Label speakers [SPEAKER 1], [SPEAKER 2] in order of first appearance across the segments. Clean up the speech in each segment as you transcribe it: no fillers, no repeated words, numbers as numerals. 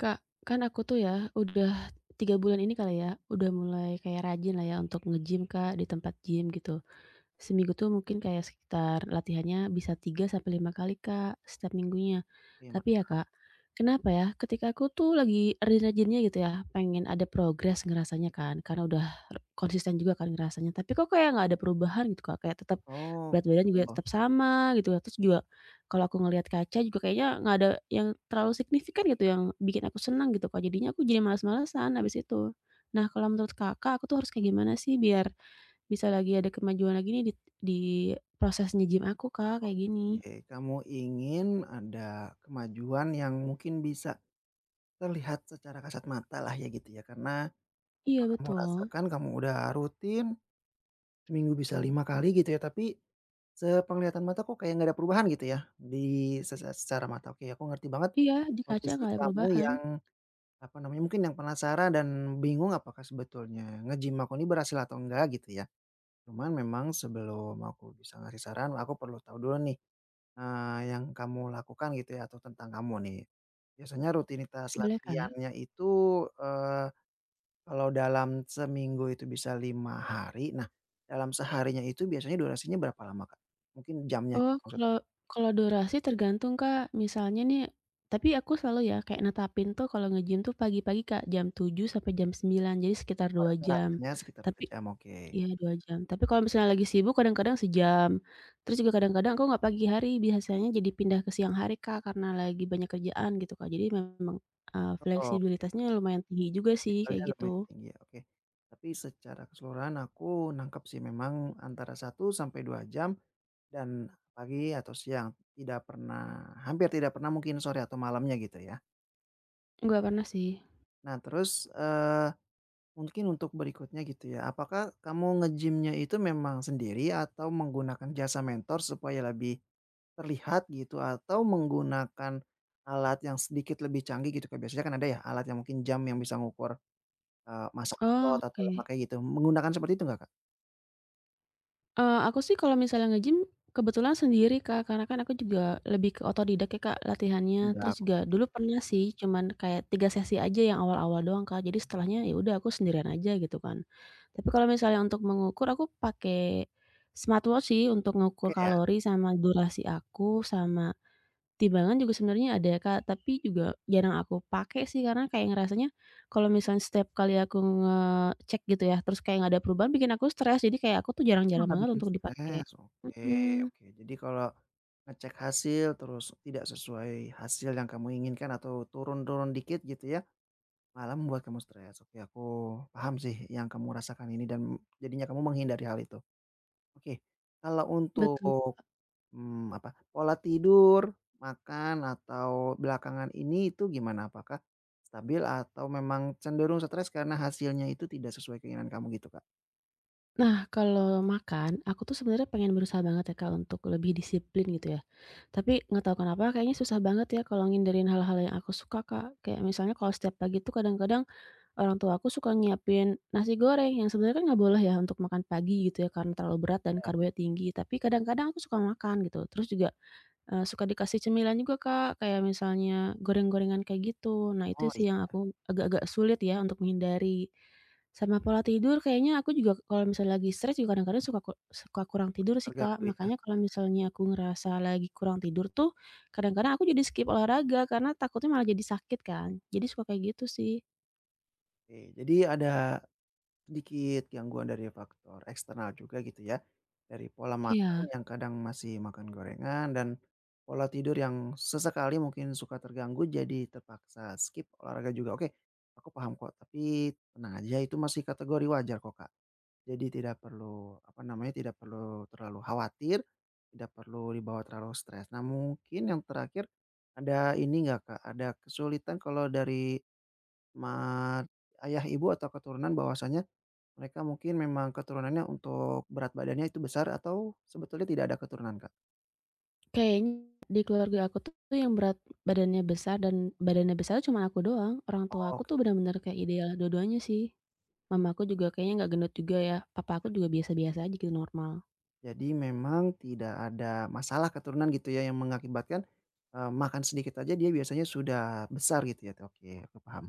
[SPEAKER 1] Kak, kan aku tuh ya udah 3 bulan ini kali ya, udah mulai kayak rajin lah ya untuk nge-gym Kak, di tempat gym gitu. Seminggu tuh mungkin kayak sekitar latihannya bisa 3 sampai 5 kali, Kak, setiap minggunya.
[SPEAKER 2] Oke,
[SPEAKER 1] Tapi ya,
[SPEAKER 2] mantap.
[SPEAKER 1] Kak, kenapa ya, ketika aku tuh lagi rajin-rajinnya gitu ya, pengen ada progres ngerasanya kan, karena udah konsisten juga kan ngerasanya, tapi kok kayak nggak ada perubahan gitu, Kak, kayak tetap
[SPEAKER 2] Oh,
[SPEAKER 1] berat badan
[SPEAKER 2] gitu.
[SPEAKER 1] juga
[SPEAKER 2] Mhm.
[SPEAKER 1] tetap sama gitu ya, terus juga kalau aku ngelihat kaca juga kayaknya nggak ada yang terlalu signifikan gitu yang bikin aku senang gitu, Kak, jadinya aku jadi malas-malasan habis itu. Nah, kalau menurut Kakak, aku tuh harus kayak gimana sih biar bisa lagi ada kemajuan lagi nih di proses nge-gym aku, Kak, kayak gini.
[SPEAKER 2] Oke, kamu ingin ada kemajuan yang mungkin bisa terlihat secara kasat mata lah ya gitu ya, karena
[SPEAKER 1] Iya
[SPEAKER 2] yang kamu
[SPEAKER 1] betul.
[SPEAKER 2] rasakan kamu udah rutin seminggu bisa 5 kali gitu ya, tapi sepenglihatan mata kok kayak nggak ada perubahan gitu ya di secara mata. Oke, aku ngerti banget
[SPEAKER 1] Iya, di kaca
[SPEAKER 2] posisi
[SPEAKER 1] nggak ada
[SPEAKER 2] kamu
[SPEAKER 1] perubahan.
[SPEAKER 2] yang, apa namanya, mungkin yang penasaran dan bingung apakah sebetulnya nge-gym aku ini berhasil atau enggak gitu ya. Cuman memang sebelum aku bisa ngasih saran, aku perlu tahu dulu nih, yang kamu lakukan gitu ya atau tentang kamu nih. Biasanya rutinitas
[SPEAKER 1] Boleh, Kak?
[SPEAKER 2] latihannya itu, eee, kalau dalam seminggu itu bisa 5 hari, nah dalam seharinya itu biasanya durasinya berapa lama, Kak? Mungkin jamnya
[SPEAKER 1] Oh,
[SPEAKER 2] gitu maksud
[SPEAKER 1] kalau
[SPEAKER 2] aku.
[SPEAKER 1] kalau durasi tergantung, Kak. Misalnya nih tapi aku selalu ya kayak netapin tuh kalau nge-gym tuh pagi-pagi, Kak, jam 7 sampai jam 9, jadi sekitar
[SPEAKER 2] Oh,
[SPEAKER 1] 2 jam.
[SPEAKER 2] rata-ratanya sekitar 2
[SPEAKER 1] Tapi
[SPEAKER 2] jam, oke.
[SPEAKER 1] iya 2 jam, tapi kalau misalnya lagi sibuk kadang-kadang sejam, terus juga kadang-kadang aku nggak pagi hari, biasanya jadi pindah ke siang hari, Kak, karena lagi banyak kerjaan gitu, Kak. Jadi memang,
[SPEAKER 2] Oh, oke,
[SPEAKER 1] fleksibilitasnya lumayan tinggi juga sih kayak
[SPEAKER 2] fleksibelnya
[SPEAKER 1] gitu.
[SPEAKER 2] lumayan tinggi ya, oke. Tapi secara keseluruhan aku nangkep sih memang antara 1-2 jam. Dan pagi atau siang, tidak pernah, hampir tidak pernah mungkin sore atau malamnya gitu ya. Iya.
[SPEAKER 1] Nggak pernah sih.
[SPEAKER 2] Nah terus, mungkin untuk berikutnya gitu ya, apakah kamu nge gym itu memang sendiri atau menggunakan jasa mentor supaya lebih terlihat gitu atau menggunakan alat yang sedikit lebih canggih gitu kayak biasanya kan ada ya alat yang mungkin jam yang bisa ngukur, massa
[SPEAKER 1] Oh,
[SPEAKER 2] otot atau
[SPEAKER 1] oke.
[SPEAKER 2] lemak kayak gitu, menggunakan seperti itu nggak Kak?
[SPEAKER 1] Aku sih kalau misalnya nge-gym kebetulan sendiri, Kak, karena kan aku juga lebih ke otodidak ya, Kak, latihannya. Terus
[SPEAKER 2] Tidak,
[SPEAKER 1] juga
[SPEAKER 2] oke
[SPEAKER 1] dulu pernah sih cuman kayak 3 sesi aja yang awal-awal doang, Kak. Jadi setelahnya ya udah aku sendirian aja gitu kan. Tapi kalau misalnya untuk mengukur aku pakai smartwatch sih untuk ngukur
[SPEAKER 2] oke ya.
[SPEAKER 1] kalori sama durasi aku sama timbangan juga sebenarnya ada ya, Kak, tapi juga jarang aku pakai sih karena kayak ngerasanya kalau misalnya setiap kali aku ngecek gitu ya, terus kayak nggak ada perubahan bikin aku stres, jadi kayak aku tuh
[SPEAKER 2] Oh,
[SPEAKER 1] jarang-jarang
[SPEAKER 2] nggak
[SPEAKER 1] banget
[SPEAKER 2] bikin
[SPEAKER 1] untuk dipakai.
[SPEAKER 2] stres, oke
[SPEAKER 1] Mhm,
[SPEAKER 2] oke. Jadi kalau ngecek hasil terus tidak sesuai hasil yang kamu inginkan atau turun-turun dikit gitu ya, malah membuat kamu stres. Oke, aku paham sih yang kamu rasakan ini dan jadinya kamu menghindari hal itu. Oke, kalau untuk,
[SPEAKER 1] betul.
[SPEAKER 2] apa, pola tidur, makan, atau belakangan ini itu gimana? Apakah stabil atau memang cenderung stres karena hasilnya itu tidak sesuai keinginan kamu gitu, Kak?
[SPEAKER 1] Nah, kalau makan, aku tuh sebenarnya pengen berusaha banget ya, Kak, untuk lebih disiplin gitu ya. Tapi nggak tahu kenapa kayaknya susah banget ya kalau ngindarin hal-hal yang aku suka, Kak. Kayak misalnya kalau setiap pagi tuh kadang-kadang orang tua aku suka nyiapin nasi goreng yang sebenarnya kan nggak boleh ya untuk makan pagi gitu ya karena terlalu berat dan
[SPEAKER 2] Iya.
[SPEAKER 1] karbonya tinggi, tapi kadang-kadang aku suka makan gitu. Terus juga, suka dikasih cemilan juga, Kak, kayak misalnya goreng-gorengan kayak gitu. Nah itu
[SPEAKER 2] Oh, iya
[SPEAKER 1] sih yang aku agak-agak sulit ya untuk menghindari. Sama pola tidur kayaknya aku juga kalau misalnya lagi stres juga kadang-kadang suka suka kurang tidur sih, Kak.
[SPEAKER 2] terganggu ya.
[SPEAKER 1] Makanya kalau misalnya aku ngerasa lagi kurang tidur tuh kadang-kadang aku jadi skip olahraga karena takutnya malah jadi sakit kan. Jadi suka kayak gitu sih.
[SPEAKER 2] Oke, jadi ada sedikit gangguan dari faktor eksternal juga gitu ya, dari pola makan
[SPEAKER 1] Iya.
[SPEAKER 2] yang kadang masih makan gorengan dan pola tidur yang sesekali mungkin suka terganggu jadi terpaksa skip olahraga juga. Oke, aku paham kok, tapi tenang aja itu masih kategori wajar kok, Kak. Jadi tidak perlu, apa namanya, tidak perlu terlalu khawatir, tidak perlu dibawa terlalu stres. Nah mungkin yang terakhir, ada ini nggak Kak, ada kesulitan kalau dari Ma ayah, ibu, atau keturunan bahwasanya mereka mungkin memang keturunannya untuk berat badannya itu besar atau sebetulnya tidak ada keturunan, Kak?
[SPEAKER 1] Kayaknya di keluarga aku tuh yang berat badannya besar dan badannya besar cuma aku doang. Orang tua aku tuh
[SPEAKER 2] Oke.
[SPEAKER 1] benar-benar kayak ideal dua-duanya sih. Mama aku juga kayaknya nggak gendut juga ya. Papa aku juga biasa-biasa aja gitu normal.
[SPEAKER 2] Jadi memang tidak ada masalah keturunan gitu ya yang mengakibatkan, makan sedikit aja dia biasanya sudah besar gitu ya. Oke, aku paham.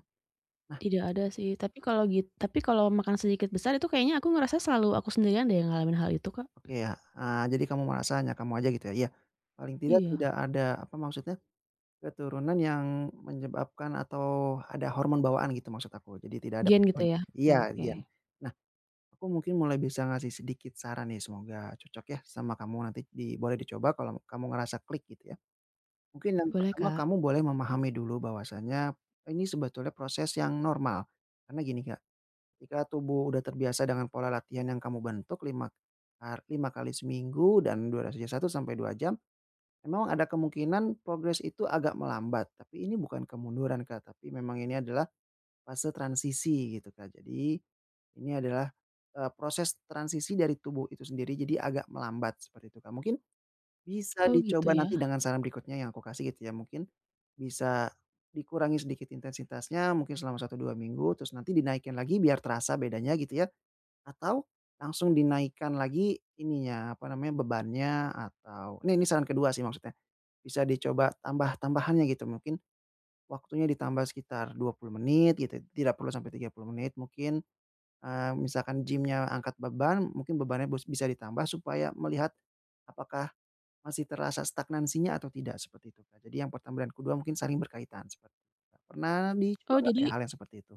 [SPEAKER 2] Nah,
[SPEAKER 1] Tidak ada sih. Tapi kalau gitu, tapi kalau makan sedikit besar itu kayaknya aku ngerasa selalu aku sendirian deh yang ngalamin hal itu, Kak.
[SPEAKER 2] oke ya, jadi kamu merasa hanya kamu aja gitu ya? Iya, paling tidak
[SPEAKER 1] Iya.
[SPEAKER 2] tidak ada, apa maksudnya, keturunan yang menyebabkan atau ada hormon bawaan gitu maksud aku, jadi tidak ada
[SPEAKER 1] Gen gitu
[SPEAKER 2] pengaruhnya.
[SPEAKER 1] ya? Oke
[SPEAKER 2] Iya
[SPEAKER 1] oke.
[SPEAKER 2] iya. Nah, aku mungkin mulai bisa ngasih sedikit saran nih, semoga cocok ya sama kamu nanti di boleh dicoba kalau kamu ngerasa klik gitu ya. Mungkin yang
[SPEAKER 1] Boleh,
[SPEAKER 2] pertama
[SPEAKER 1] Kak.
[SPEAKER 2] kamu boleh memahami dulu bahwasannya ini sebetulnya proses yang normal. Karena gini Kak, jika tubuh udah terbiasa dengan pola latihan yang kamu bentuk 5 kali seminggu dan durasi 1-2 jam, memang ada kemungkinan progres itu agak melambat, tapi ini bukan kemunduran Kak, tapi memang ini adalah fase transisi gitu, Kak. Jadi ini adalah, proses transisi dari tubuh itu sendiri, jadi agak melambat seperti itu, Kak. Mungkin bisa
[SPEAKER 1] Oh gitu
[SPEAKER 2] dicoba
[SPEAKER 1] ya.
[SPEAKER 2] nanti dengan saran berikutnya yang aku kasih gitu ya, mungkin bisa dikurangi sedikit intensitasnya mungkin selama 1-2 minggu, terus nanti dinaikin lagi biar terasa bedanya gitu ya, atau langsung dinaikkan lagi ininya, apa namanya, bebannya atau ini saran kedua sih maksudnya, bisa dicoba tambah-tambahannya gitu, mungkin waktunya ditambah sekitar 20 menit gitu, tidak perlu sampai 30 menit mungkin, misalkan gymnya angkat beban, mungkin bebannya bisa ditambah supaya melihat apakah masih terasa stagnansinya atau tidak, seperti itu, Kak. Jadi yang pertama dan kedua mungkin saling berkaitan seperti itu, Kak. Pernah dicoba
[SPEAKER 1] Oh
[SPEAKER 2] nggak ya
[SPEAKER 1] jadi
[SPEAKER 2] hal yang seperti itu?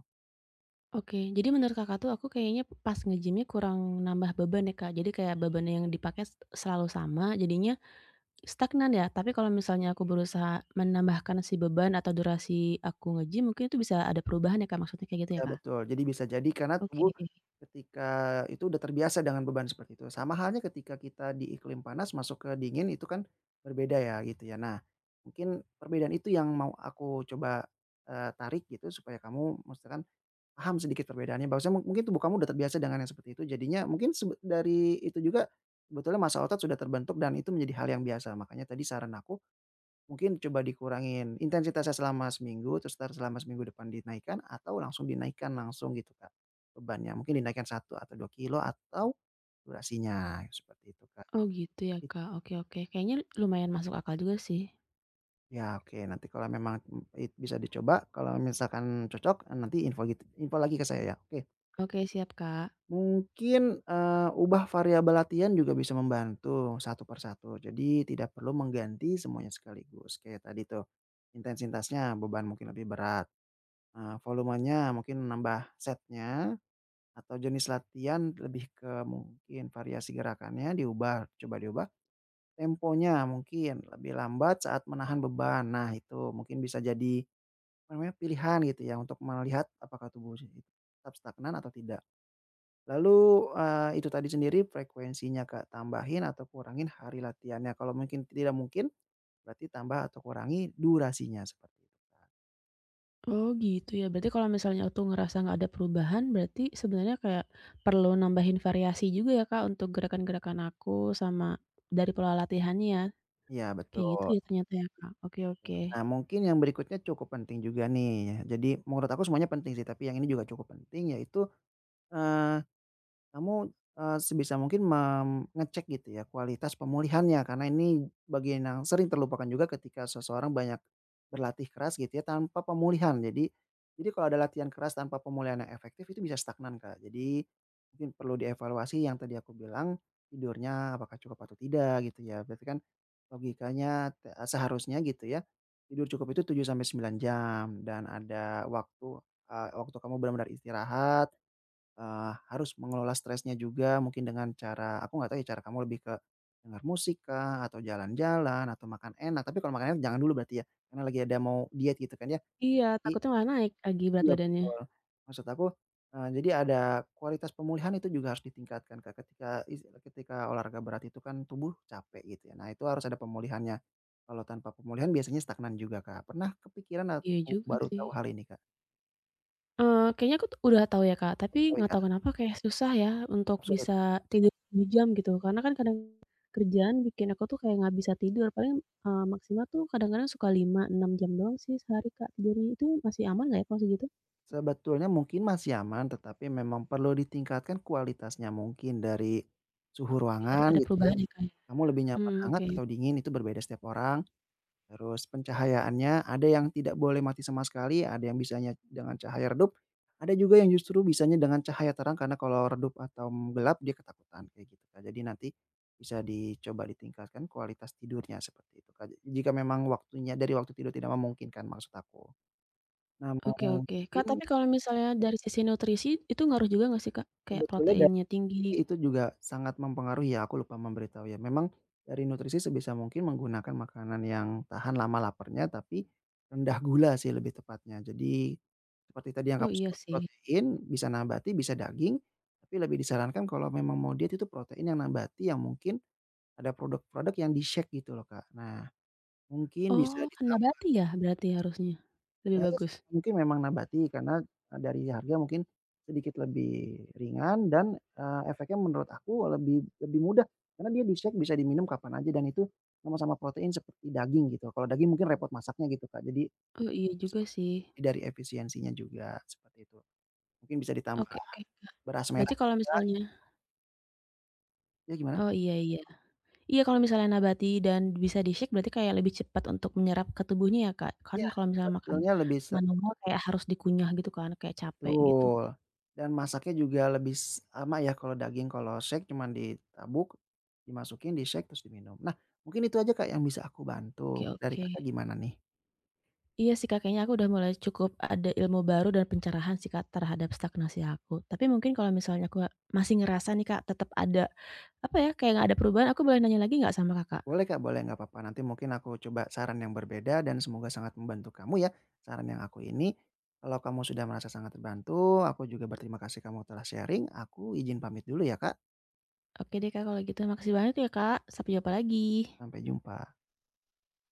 [SPEAKER 1] oke. Jadi menurut Kakak tuh aku kayaknya pas nge gym kurang nambah beban ya, Kak. Jadi kayak beban yang dipakai selalu sama jadinya stagnan ya, tapi kalau misalnya aku berusaha menambahkan si beban atau durasi aku nge-gym mungkin itu bisa ada perubahan ya, Kak, maksudnya kayak gitu
[SPEAKER 2] Iya
[SPEAKER 1] ya, Kak?
[SPEAKER 2] betul, jadi bisa jadi karena
[SPEAKER 1] Oke.
[SPEAKER 2] tubuh ketika itu udah terbiasa dengan beban seperti itu. Sama halnya ketika kita di iklim panas masuk ke dingin itu kan berbeda ya gitu ya. Nah, mungkin perbedaan itu yang mau aku coba, tarik gitu supaya kamu misalkan paham sedikit perbedaannya bahwasanya mungkin tubuh kamu udah terbiasa dengan yang seperti itu jadinya mungkin dari itu juga sebetulnya massa otot sudah terbentuk dan itu menjadi hal yang biasa. Makanya tadi saran aku mungkin coba dikurangin intensitasnya selama seminggu, terus entar selama seminggu depan dinaikkan atau langsung dinaikkan langsung gitu, Kak, bebannya. Mungkin dinaikkan 1 atau 2 kilo atau durasinya, seperti itu, Kak.
[SPEAKER 1] Oh gitu ya,
[SPEAKER 2] It
[SPEAKER 1] Kak, oke oke. Kayaknya lumayan masuk akal juga sih.
[SPEAKER 2] ya oke, nanti kalau memang, bisa dicoba, kalau misalkan cocok, nanti info info lagi ke saya ya, oke.
[SPEAKER 1] Oke, siap, Kak.
[SPEAKER 2] Mungkin, ubah variabel latihan juga bisa membantu satu per satu, jadi tidak perlu mengganti semuanya sekaligus, kayak tadi tuh intensitasnya beban mungkin lebih berat, volumenya mungkin nambah setnya atau jenis latihan lebih ke mungkin variasi gerakannya diubah, coba diubah. Temponya mungkin lebih lambat saat menahan beban. Nah itu mungkin bisa jadi, apa namanya, pilihan gitu ya untuk melihat apakah tubuh sendiri tetap stagnan atau tidak. Lalu, itu tadi sendiri frekuensinya Kak, tambahin atau kurangin hari latihannya. Kalau mungkin tidak mungkin, berarti tambah atau kurangi durasinya, seperti itu Kak.
[SPEAKER 1] Oh gitu ya, berarti kalau misalnya aku ngerasa nggak ada perubahan, berarti sebenarnya kayak perlu nambahin variasi juga ya, Kak, untuk gerakan-gerakan aku sama dari pola latihannya ya?
[SPEAKER 2] Iya
[SPEAKER 1] Kayak gitu
[SPEAKER 2] betul.
[SPEAKER 1] ya ternyata ya, Kak? Oke oke.
[SPEAKER 2] Nah, mungkin yang berikutnya cukup penting juga nih. Ya. Jadi menurut aku semuanya penting sih, tapi yang ini juga cukup penting yaitu, kamu, sebisa mungkin mem ngecek gitu ya kualitas pemulihannya karena ini bagian yang sering terlupakan juga ketika seseorang banyak berlatih keras gitu ya tanpa pemulihan. jadi kalau ada latihan keras tanpa pemulihan yang efektif itu bisa stagnan, Kak. Jadi mungkin perlu dievaluasi yang tadi aku bilang, tidurnya apakah cukup atau tidak gitu ya. Berarti kan logikanya seharusnya gitu ya, tidur cukup itu 7-9 jam dan ada waktu, waktu kamu benar-benar istirahat. Harus mengelola stresnya juga mungkin dengan cara aku nggak tahu ya cara kamu lebih ke dengar musik kah, atau jalan-jalan, atau makan enak, tapi kalau makan enak jangan dulu berarti ya? Karena lagi ada mau diet gitu kan ya?
[SPEAKER 1] Iya,
[SPEAKER 2] I
[SPEAKER 1] takutnya malah naik lagi berat
[SPEAKER 2] iya
[SPEAKER 1] badannya.
[SPEAKER 2] betul. Maksud aku, jadi ada kualitas pemulihan itu juga harus ditingkatkan, Kak, ketika is ketika olahraga berat itu kan tubuh capek gitu ya. Nah itu harus ada pemulihannya. Kalau tanpa pemulihan biasanya stagnan juga, Kak. Pernah kepikiran
[SPEAKER 1] Iya
[SPEAKER 2] atau
[SPEAKER 1] juga
[SPEAKER 2] baru
[SPEAKER 1] sih.
[SPEAKER 2] tahu hal ini, Kak?
[SPEAKER 1] Kayaknya aku tuh udah tahu ya, Kak, tapi
[SPEAKER 2] Baru tahu
[SPEAKER 1] nggak
[SPEAKER 2] ya?
[SPEAKER 1] tahu kenapa kayak susah ya untuk
[SPEAKER 2] Tetap sulit.
[SPEAKER 1] bisa tidur 7 jam gitu, karena kan kadang kerjaan bikin aku tuh kayak nggak bisa tidur, paling, maksimal tuh kadang-kadang suka 5 6 jam doang sih sehari, Kak, tidurnya. Itu masih aman nggak ya kalau segitu?
[SPEAKER 2] Sebetulnya mungkin masih aman, tetapi memang perlu ditingkatkan kualitasnya mungkin dari suhu
[SPEAKER 1] Biar
[SPEAKER 2] ruangan
[SPEAKER 1] ada
[SPEAKER 2] gitu ya.
[SPEAKER 1] perubahan ya, Kak, ya?
[SPEAKER 2] Kamu lebih nyaman
[SPEAKER 1] Mmm,
[SPEAKER 2] hangat
[SPEAKER 1] oke.
[SPEAKER 2] atau dingin itu berbeda setiap orang. Terus pencahayaannya ada yang tidak boleh mati sama sekali, ada yang bisanya dengan cahaya redup, ada juga yang justru bisanya dengan cahaya terang karena kalau redup atau gelap dia ketakutan kayak gitu, Kak. Jadi nanti bisa dicoba ditingkatkan kualitas tidurnya seperti itu, Kak. Jika memang waktunya dari waktu tidur tidak memungkinkan maksud aku. Nah
[SPEAKER 1] Oke oke. Kak,
[SPEAKER 2] mungkin
[SPEAKER 1] tapi kalau misalnya
[SPEAKER 2] ya
[SPEAKER 1] dari sisi nutrisi itu ngaruh juga nggak sih, Kak? Kayak
[SPEAKER 2] sebetulnya
[SPEAKER 1] proteinnya tinggi
[SPEAKER 2] itu
[SPEAKER 1] gitu.
[SPEAKER 2] juga sangat mempengaruhi ya, aku lupa memberitahu ya. Memang dari nutrisi sebisa mungkin menggunakan makanan yang tahan lama laparnya, tapi rendah gula sih lebih tepatnya. Jadi seperti tadi yang
[SPEAKER 1] Oh,
[SPEAKER 2] kamu
[SPEAKER 1] iya
[SPEAKER 2] sebut
[SPEAKER 1] sih.
[SPEAKER 2] protein, bisa nabati, bisa daging, tapi lebih disarankan kalau memang mau diet itu protein yang nabati yang mungkin ada produk-produk yang di-shake gitu loh, Kak. Nah, mungkin bisa
[SPEAKER 1] Oh,
[SPEAKER 2] ditambah.
[SPEAKER 1] nabati ya berarti harusnya? Lebih
[SPEAKER 2] Terus
[SPEAKER 1] bagus?
[SPEAKER 2] mungkin memang nabati karena, dari harga mungkin sedikit lebih ringan dan, efeknya menurut aku lebih lebih mudah karena dia di-shake bisa diminum kapan aja dan itu sama-sama protein seperti daging gitu. Kalau daging mungkin repot masaknya gitu, Kak. Jadi
[SPEAKER 1] Oh, iya juga sih.
[SPEAKER 2] dari efisiensinya juga seperti itu. Mungkin bisa ditambah
[SPEAKER 1] Oke oke.
[SPEAKER 2] beras
[SPEAKER 1] Berarti
[SPEAKER 2] merah
[SPEAKER 1] kalau
[SPEAKER 2] juga
[SPEAKER 1] misalnya
[SPEAKER 2] ya gimana?
[SPEAKER 1] oh iya iya. Iya kalau misalnya nabati dan bisa di-shake berarti kayak lebih cepat untuk menyerap ke tubuhnya ya, Kak? Kan
[SPEAKER 2] Iya,
[SPEAKER 1] kalau misalnya makan
[SPEAKER 2] sebetulnya lebih
[SPEAKER 1] manual kayak harus dikunyah gitu kan, kayak capek gitu.
[SPEAKER 2] betul, dan masaknya juga lebih sama ya kalau daging, kalau shake cuman ditabuk, dimasukin, di-shake, terus diminum. Nah, mungkin itu aja Kak yang bisa aku
[SPEAKER 1] Oke
[SPEAKER 2] bantu. Dari
[SPEAKER 1] oke.
[SPEAKER 2] Kakak gimana nih?
[SPEAKER 1] Iya sih, Kak, kayaknya aku udah mulai cukup ada ilmu baru dan pencerahan sih, Kak, terhadap stagnasi aku. Tapi mungkin kalau misalnya aku masih ngerasa nih, Kak, tetap ada, apa ya, kayak nggak ada perubahan, aku boleh nanya lagi nggak sama Kakak?
[SPEAKER 2] Boleh Kak, boleh, nggak apa-apa. Nanti mungkin aku coba saran yang berbeda dan semoga sangat membantu kamu ya, saran yang aku ini. Kalau kamu sudah merasa sangat terbantu, aku juga berterima kasih kamu telah sharing. Aku izin pamit dulu ya Kak,
[SPEAKER 1] Oke deh, Kak, kalau gitu makasih banyak ya, Kak. Sampai jumpa lagi.
[SPEAKER 2] sampai jumpa.